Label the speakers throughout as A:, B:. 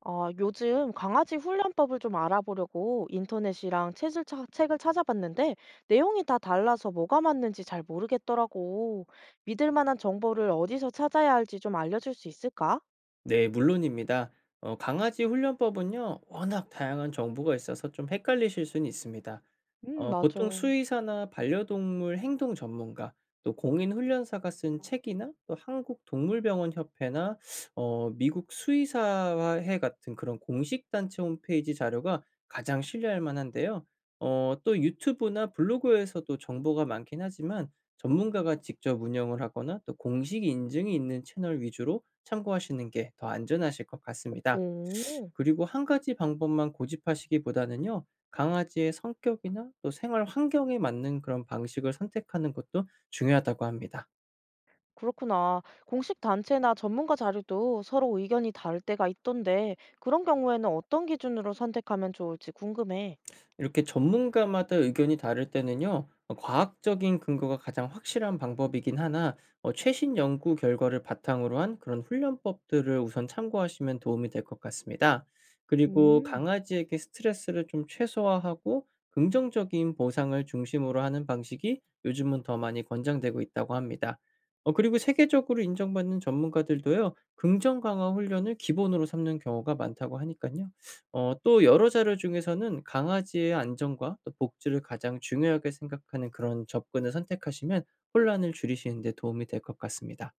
A: 아, 요즘 강아지 훈련법을 좀 알아보려고 인터넷이랑 책을 찾아봤는데 내용이 다 달라서 뭐가 맞는지 잘 모르겠더라고. 믿을 만한 정보를 어디서 찾아야 할지 좀 알려줄 수 있을까?
B: 네, 물론입니다. 강아지 훈련법은요, 워낙 다양한 정보가 있어서 좀 헷갈리실 수는 있습니다.
A: 맞아.
B: 보통 수의사나 반려동물 행동 전문가, 또 공인 훈련사가 쓴 책이나 또 한국 동물병원 협회나 미국 수의사회 같은 그런 공식 단체 홈페이지 자료가 가장 신뢰할 만한데요. 또 유튜브나 블로그에서도 정보가 많긴 하지만 전문가가 직접 운영을 하거나 또 공식 인증이 있는 채널 위주로 참고하시는 게 더 안전하실 것 같습니다.
A: 오,
B: 그리고 한 가지 방법만 고집하시기보다는요. 강아지의 성격이나 또 생활 환경에 맞는 그런 방식을 선택하는 것도 중요하다고 합니다.
A: 그렇구나. 공식 단체나 전문가 자료도 서로 의견이 다를 때가 있던데 그런 경우에는 어떤 기준으로 선택하면 좋을지 궁금해.
B: 이렇게 전문가마다 의견이 다를 때는요, 과학적인 근거가 가장 확실한 방법이긴 하나, 최신 연구 결과를 바탕으로 한 그런 훈련법들을 우선 참고하시면 도움이 될 것 같습니다. 그리고
A: 음.
B: 강아지에게 스트레스를 좀 최소화하고 긍정적인 보상을 중심으로 하는 방식이 요즘은 더 많이 권장되고 있다고 합니다. 그리고 세계적으로 인정받는 전문가들도요, 긍정 강화 훈련을 기본으로 삼는 경우가 많다고 하니까요. 또 여러 자료 중에서는 강아지의 안전과 또 복지를 가장 중요하게 생각하는 그런 접근을 선택하시면 혼란을 줄이시는 데 도움이 될 것 같습니다.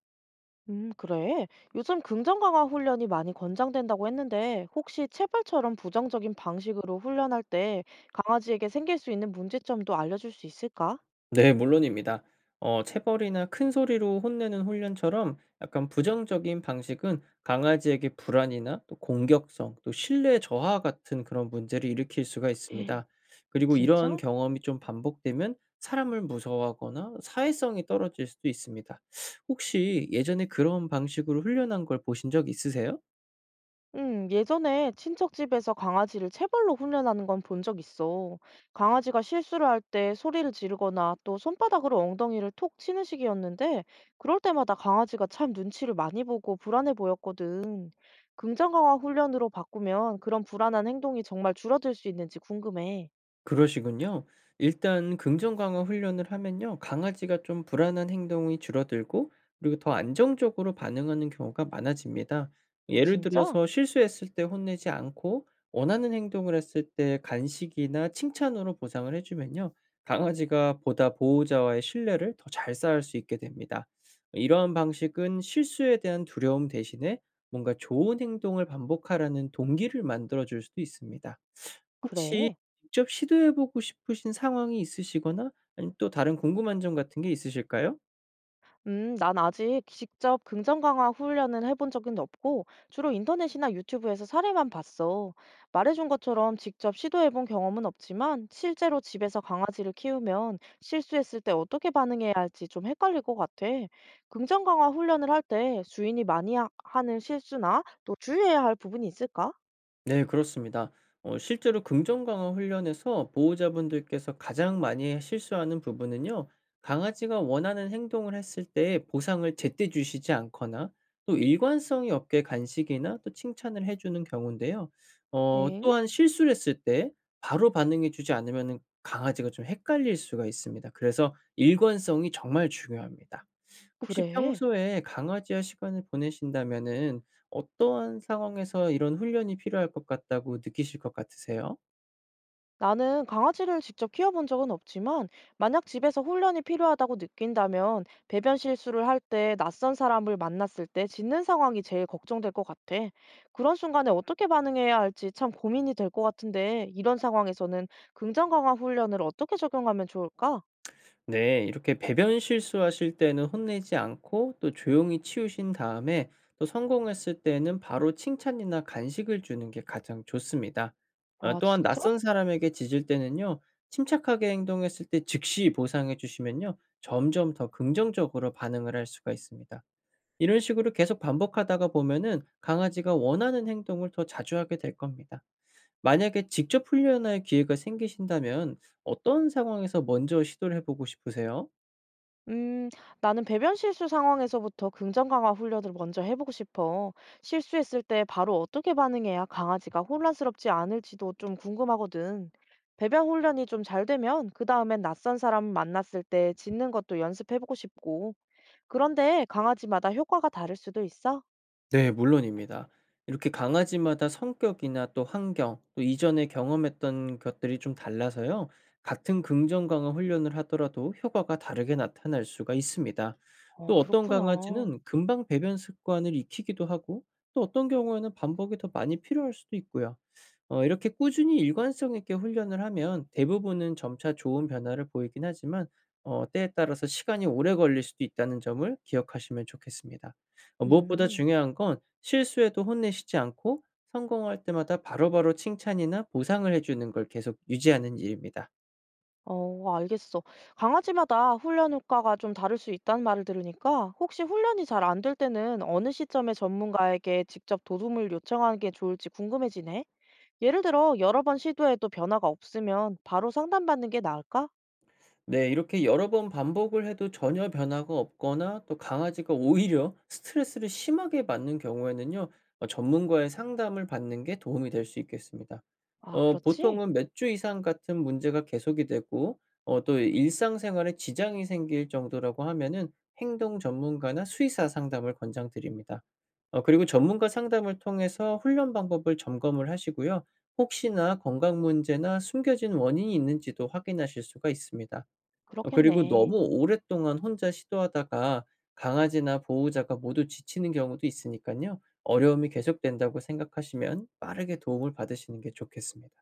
A: 그래. 요즘 긍정 강화 훈련이 많이 권장된다고 했는데, 혹시 체벌처럼 부정적인 방식으로 훈련할 때 강아지에게 생길 수 있는 문제점도 알려줄 수 있을까?
B: 네, 물론입니다. 체벌이나 큰 소리로 혼내는 훈련처럼 약간 부정적인 방식은 강아지에게 불안이나 또 공격성, 또 신뢰 저하 같은 그런 문제를 일으킬 수가
A: 헉,
B: 있습니다. 그리고 이런
A: 진짜?
B: 경험이 좀 반복되면 사람을 무서워하거나 사회성이 떨어질 수도 있습니다. 혹시 예전에 그런 방식으로 훈련한 걸 보신 적 있으세요?
A: 예전에 친척 집에서 강아지를 체벌로 훈련하는 건 본 적 있어. 강아지가 실수를 할 때 소리를 지르거나 또 손바닥으로 엉덩이를 톡 치는 식이었는데, 그럴 때마다 강아지가 참 눈치를 많이 보고 불안해 보였거든. 긍정 강화 훈련으로 바꾸면 그런 불안한 행동이 정말 줄어들 수 있는지 궁금해.
B: 그러시군요. 일단 긍정 강화 훈련을 하면요. 강아지가 좀 불안한 행동이 줄어들고 그리고 더 안정적으로 반응하는 경우가 많아집니다.
A: 아,
B: 예를
A: 진짜?
B: 들어서 실수했을 때 혼내지 않고 원하는 행동을 했을 때 간식이나 칭찬으로 보상을 해주면요. 강아지가 보다 보호자와의 신뢰를 더 잘 쌓을 수 있게 됩니다. 이러한 방식은 실수에 대한 두려움 대신에 뭔가 좋은 행동을 반복하라는 동기를 만들어줄 수도 있습니다. 혹시
A: 그래.
B: 직접 시도해 보고 싶으신 상황이 있으시거나 아니면 또 다른 궁금한 점 같은 게 있으실까요?
A: 난 아직 직접 긍정 강화 훈련을 해본 적은 없고, 주로 인터넷이나 유튜브에서 사례만 봤어. 말해준 것처럼 직접 시도해본 경험은 없지만, 실제로 집에서 강아지를 키우면 실수했을 때 어떻게 반응해야 할지 좀 헷갈릴 것 같아. 긍정 강화 훈련을 할 때 주인이 많이 는 실수나 또 주의해야 할 부분이 있을까?
B: 네, 그렇습니다. 실제로 긍정 강화 훈련에서 보호자분들께서 가장 많이 실수하는 부분은요. 강아지가 원하는 행동을 했을 때 보상을 제때 주시지 않거나 또 일관성이 없게 간식이나 또 칭찬을 해 주는 경우인데요.
A: 엥?
B: 또한 실수를 했을 때 바로 반응해 주지 않으면 강아지가 좀 헷갈릴 수가 있습니다. 그래서 일관성이 정말 중요합니다. 혹시
A: 그래.
B: 평소에 강아지와 시간을 보내신다면은 어떠한 상황에서 이런 훈련이 필요할 것 같다고 느끼실 것 같으세요?
A: 나는 강아지를 직접 키워본 적은 없지만, 만약 집에서 훈련이 필요하다고 느낀다면, 배변 실수를 할 때, 낯선 사람을 만났을 때 짖는 상황이 제일 걱정될 것 같아. 그런 순간에 어떻게 반응해야 할지 참 고민이 될 것 같은데, 이런 상황에서는 긍정 강화 훈련을 어떻게 적용하면 좋을까?
B: 네, 이렇게 배변 실수하실 때는 혼내지 않고 또 조용히 치우신 다음에 또 성공했을 때는 바로 칭찬이나 간식을 주는 게 가장 좋습니다.
A: 아,
B: 또한
A: 진짜?
B: 낯선 사람에게 짖을 때는요, 침착하게 행동했을 때 즉시 보상해 주시면요, 점점 더 긍정적으로 반응을 할 수가 있습니다. 이런 식으로 계속 반복하다가 보면은 강아지가 원하는 행동을 더 자주 하게 될 겁니다. 만약에 직접 훈련할 기회가 생기신다면 어떤 상황에서 먼저 시도를 해보고 싶으세요?
A: 음, 나는 배변 실수 상황에서부터 긍정 강화 훈련을 먼저 해보고 싶어. 실수했을 때 바로 어떻게 반응해야 강아지가 혼란스럽지 않을지도 좀 궁금하거든. 배변 훈련이 좀 잘 되면 그 다음엔 낯선 사람 만났을 때 짖는 것도 연습해보고 싶고. 그런데 강아지마다 효과가 다를 수도 있어?
B: 네, 물론입니다. 이렇게 강아지마다 성격이나 또 환경, 또 이전에 경험했던 것들이 좀 달라서요. 같은 긍정 강화 훈련을 하더라도 효과가 다르게 나타날 수가 있습니다.
A: 어,
B: 또 어떤
A: 그렇구나.
B: 강아지는 금방 배변 습관을 익히기도 하고 또 어떤 경우에는 반복이 더 많이 필요할 수도 있고요. 이렇게 꾸준히 일관성 있게 훈련을 하면 대부분은 점차 좋은 변화를 보이긴 하지만 때에 따라서 시간이 오래 걸릴 수도 있다는 점을 기억하시면 좋겠습니다. 무엇보다
A: 음.
B: 중요한 건 실수에도 혼내시지 않고 성공할 때마다 바로바로 칭찬이나 보상을 해 주는 걸 계속 유지하는 일입니다.
A: 어, 알겠어. 강아지마다 훈련 효과가 좀 다를 수 있다는 말을 들으니까 혹시 훈련이 잘 안될 때는 어느 시점에 전문가에게 직접 도움을 요청하는 게 좋을지 궁금해지네. 예를 들어 여러 번 시도해도 변화가 없으면 바로 상담받는 게 나을까?
B: 네, 이렇게 여러 번 반복을 해도 전혀 변화가 없거나 또 강아지가 오히려 스트레스를 심하게 받는 경우에는요. 전문가의 상담을 받는 게 도움이 될 수 있겠습니다.
A: 아, 그렇지?
B: 보통은 몇 주 이상 같은 문제가 계속이 되고 또 일상생활에 지장이 생길 정도라고 하면은 행동 전문가나 수의사 상담을 권장드립니다. 그리고 전문가 상담을 통해서 훈련 방법을 점검을 하시고요. 혹시나 건강 문제나 숨겨진 원인이 있는지도 확인하실 수가 있습니다. 그리고
A: 그렇겠네.
B: 너무 오랫동안 혼자 시도하다가 강아지나 보호자가 모두 지치는 경우도 있으니깐요. 어려움이 계속된다고 생각하시면 빠르게 도움을 받으시는 게 좋겠습니다.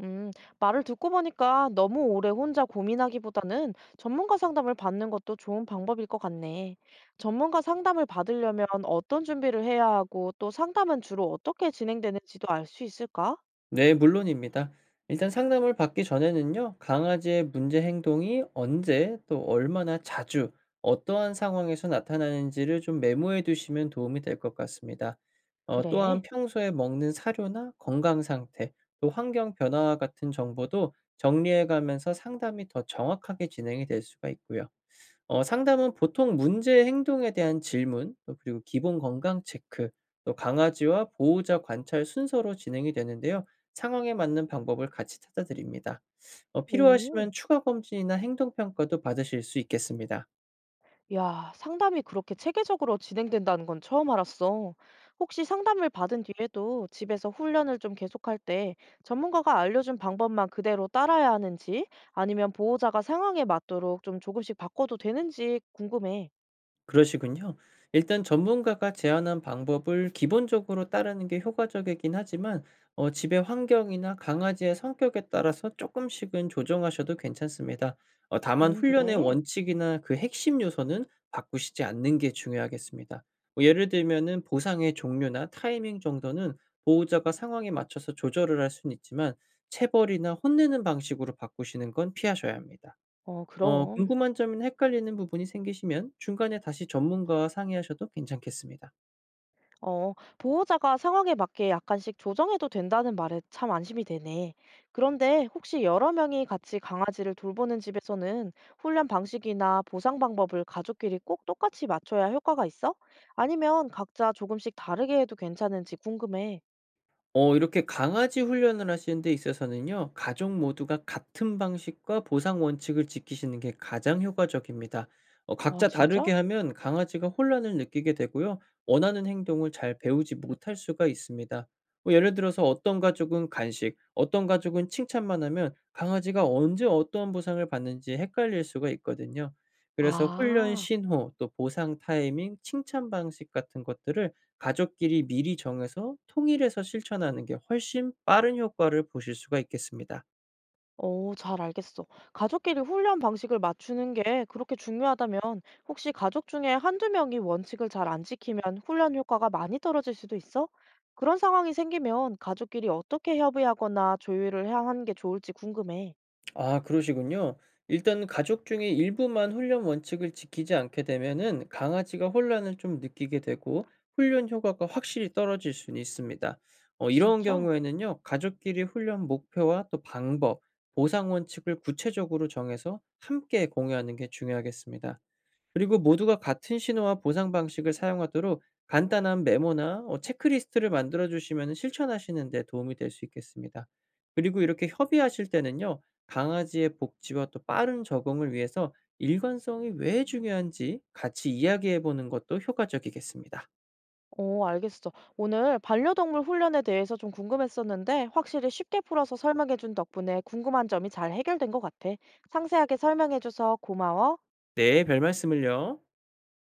A: 음, 말을 듣고 보니까 너무 오래 혼자 고민하기보다는 전문가 상담을 받는 것도 좋은 방법일 것 같네. 전문가 상담을 받으려면 어떤 준비를 해야 하고 또 상담은 주로 어떻게 진행되는지도 알 수 있을까?
B: 네, 물론입니다. 일단 상담을 받기 전에는요, 강아지의 문제 행동이 언제 또 얼마나 자주 어떠한 상황에서 나타나는지를 좀 메모해 두시면 도움이 될 것 같습니다. 또한
A: 그래.
B: 평소에 먹는 사료나 건강 상태, 또 환경 변화와 같은 정보도 정리해 가면서 상담이 더 정확하게 진행이 될 수가 있고요. 상담은 보통 문제 행동에 대한 질문, 또 그리고 기본 건강 체크, 또 강아지와 보호자 관찰 순서로 진행이 되는데요. 상황에 맞는 방법을 같이 찾아드립니다.
A: 오.
B: 필요하시면 추가 검진이나 행동 평가도 받으실 수 있겠습니다.
A: 야, 상담이 그렇게 체계적으로 진행된다는 건 처음 알았어. 혹시 상담을 받은 뒤에도 집에서 훈련을 좀 계속할 때 전문가가 알려준 방법만 그대로 따라야 하는지 아니면 보호자가 상황에 맞도록 좀 조금씩 바꿔도 되는지 궁금해.
B: 그러시군요. 일단 전문가가 제안한 방법을 기본적으로 따르는 게 효과적이긴 하지만 집의 환경이나 강아지의 성격에 따라서 조금씩은 조정하셔도 괜찮습니다. 다만 훈련의
A: 그래?
B: 원칙이나 그 핵심 요소는 바꾸시지 않는 게 중요하겠습니다. 뭐 예를 들면은 보상의 종류나 타이밍 정도는 보호자가 상황에 맞춰서 조절을 할 수는 있지만 체벌이나 혼내는 방식으로 바꾸시는 건 피하셔야 합니다.
A: 어, 그럼.
B: 궁금한 점이나 헷갈리는 부분이 생기시면 중간에 다시 전문가와 상의하셔도 괜찮겠습니다.
A: 어, 보호자가 상황에 맞게 약간씩 조정해도 된다는 말에 참 안심이 되네. 그런데 혹시 여러 명이 같이 강아지를 돌보는 집에서는 훈련 방식이나 보상 방법을 가족끼리 꼭 똑같이 맞춰야 효과가 있어? 아니면 각자 조금씩 다르게 해도 괜찮은지 궁금해.
B: 이렇게 강아지 훈련을 하시는 데 있어서는요. 가족 모두가 같은 방식과 보상 원칙을 지키시는 게 가장 효과적입니다.
A: 아,
B: 각자
A: 진짜?
B: 다르게 하면 강아지가 혼란을 느끼게 되고요. 원하는 행동을 잘 배우지 못할 수가 있습니다. 뭐 예를 들어서 어떤 가족은 간식, 어떤 가족은 칭찬만 하면 강아지가 언제 어떠한 보상을 받는지 헷갈릴 수가 있거든요. 그래서 훈련
A: 아.
B: 신호, 또 보상 타이밍, 칭찬 방식 같은 것들을 가족끼리 미리 정해서 통일해서 실천하는 게 훨씬 빠른 효과를 보실 수가 있겠습니다.
A: 어, 잘 알겠어. 가족끼리 훈련 방식을 맞추는 게 그렇게 중요하다면 혹시 가족 중에 한두 명이 원칙을 잘 안 지키면 훈련 효과가 많이 떨어질 수도 있어? 그런 상황이 생기면 가족끼리 어떻게 협의하거나 조율을 해야 하는 게 좋을지 궁금해.
B: 아, 그러시군요. 일단 가족 중에 일부만 훈련 원칙을 지키지 않게 되면은 강아지가 혼란을 좀 느끼게 되고 훈련 효과가 확실히 떨어질 수는 있습니다. 이런
A: 진짜?
B: 경우에는요. 가족끼리 훈련 목표와 또 방법, 보상 원칙을 구체적으로 정해서 함께 공유하는 게 중요하겠습니다. 그리고 모두가 같은 신호와 보상 방식을 사용하도록 간단한 메모나 체크리스트를 만들어 주시면 실천하시는 데 도움이 될 수 있겠습니다. 그리고 이렇게 협의하실 때는요. 강아지의 복지와 또 빠른 적응을 위해서 일관성이 왜 중요한지 같이 이야기해 보는 것도 효과적이겠습니다.
A: 어, 알겠어. 오늘 반려동물 훈련에 대해서 좀 궁금했었는데 확실히 쉽게 풀어서 설명해준 덕분에 궁금한 점이 잘 해결된 것 같아. 상세하게 설명해줘서 고마워.
B: 네, 별 말씀을요.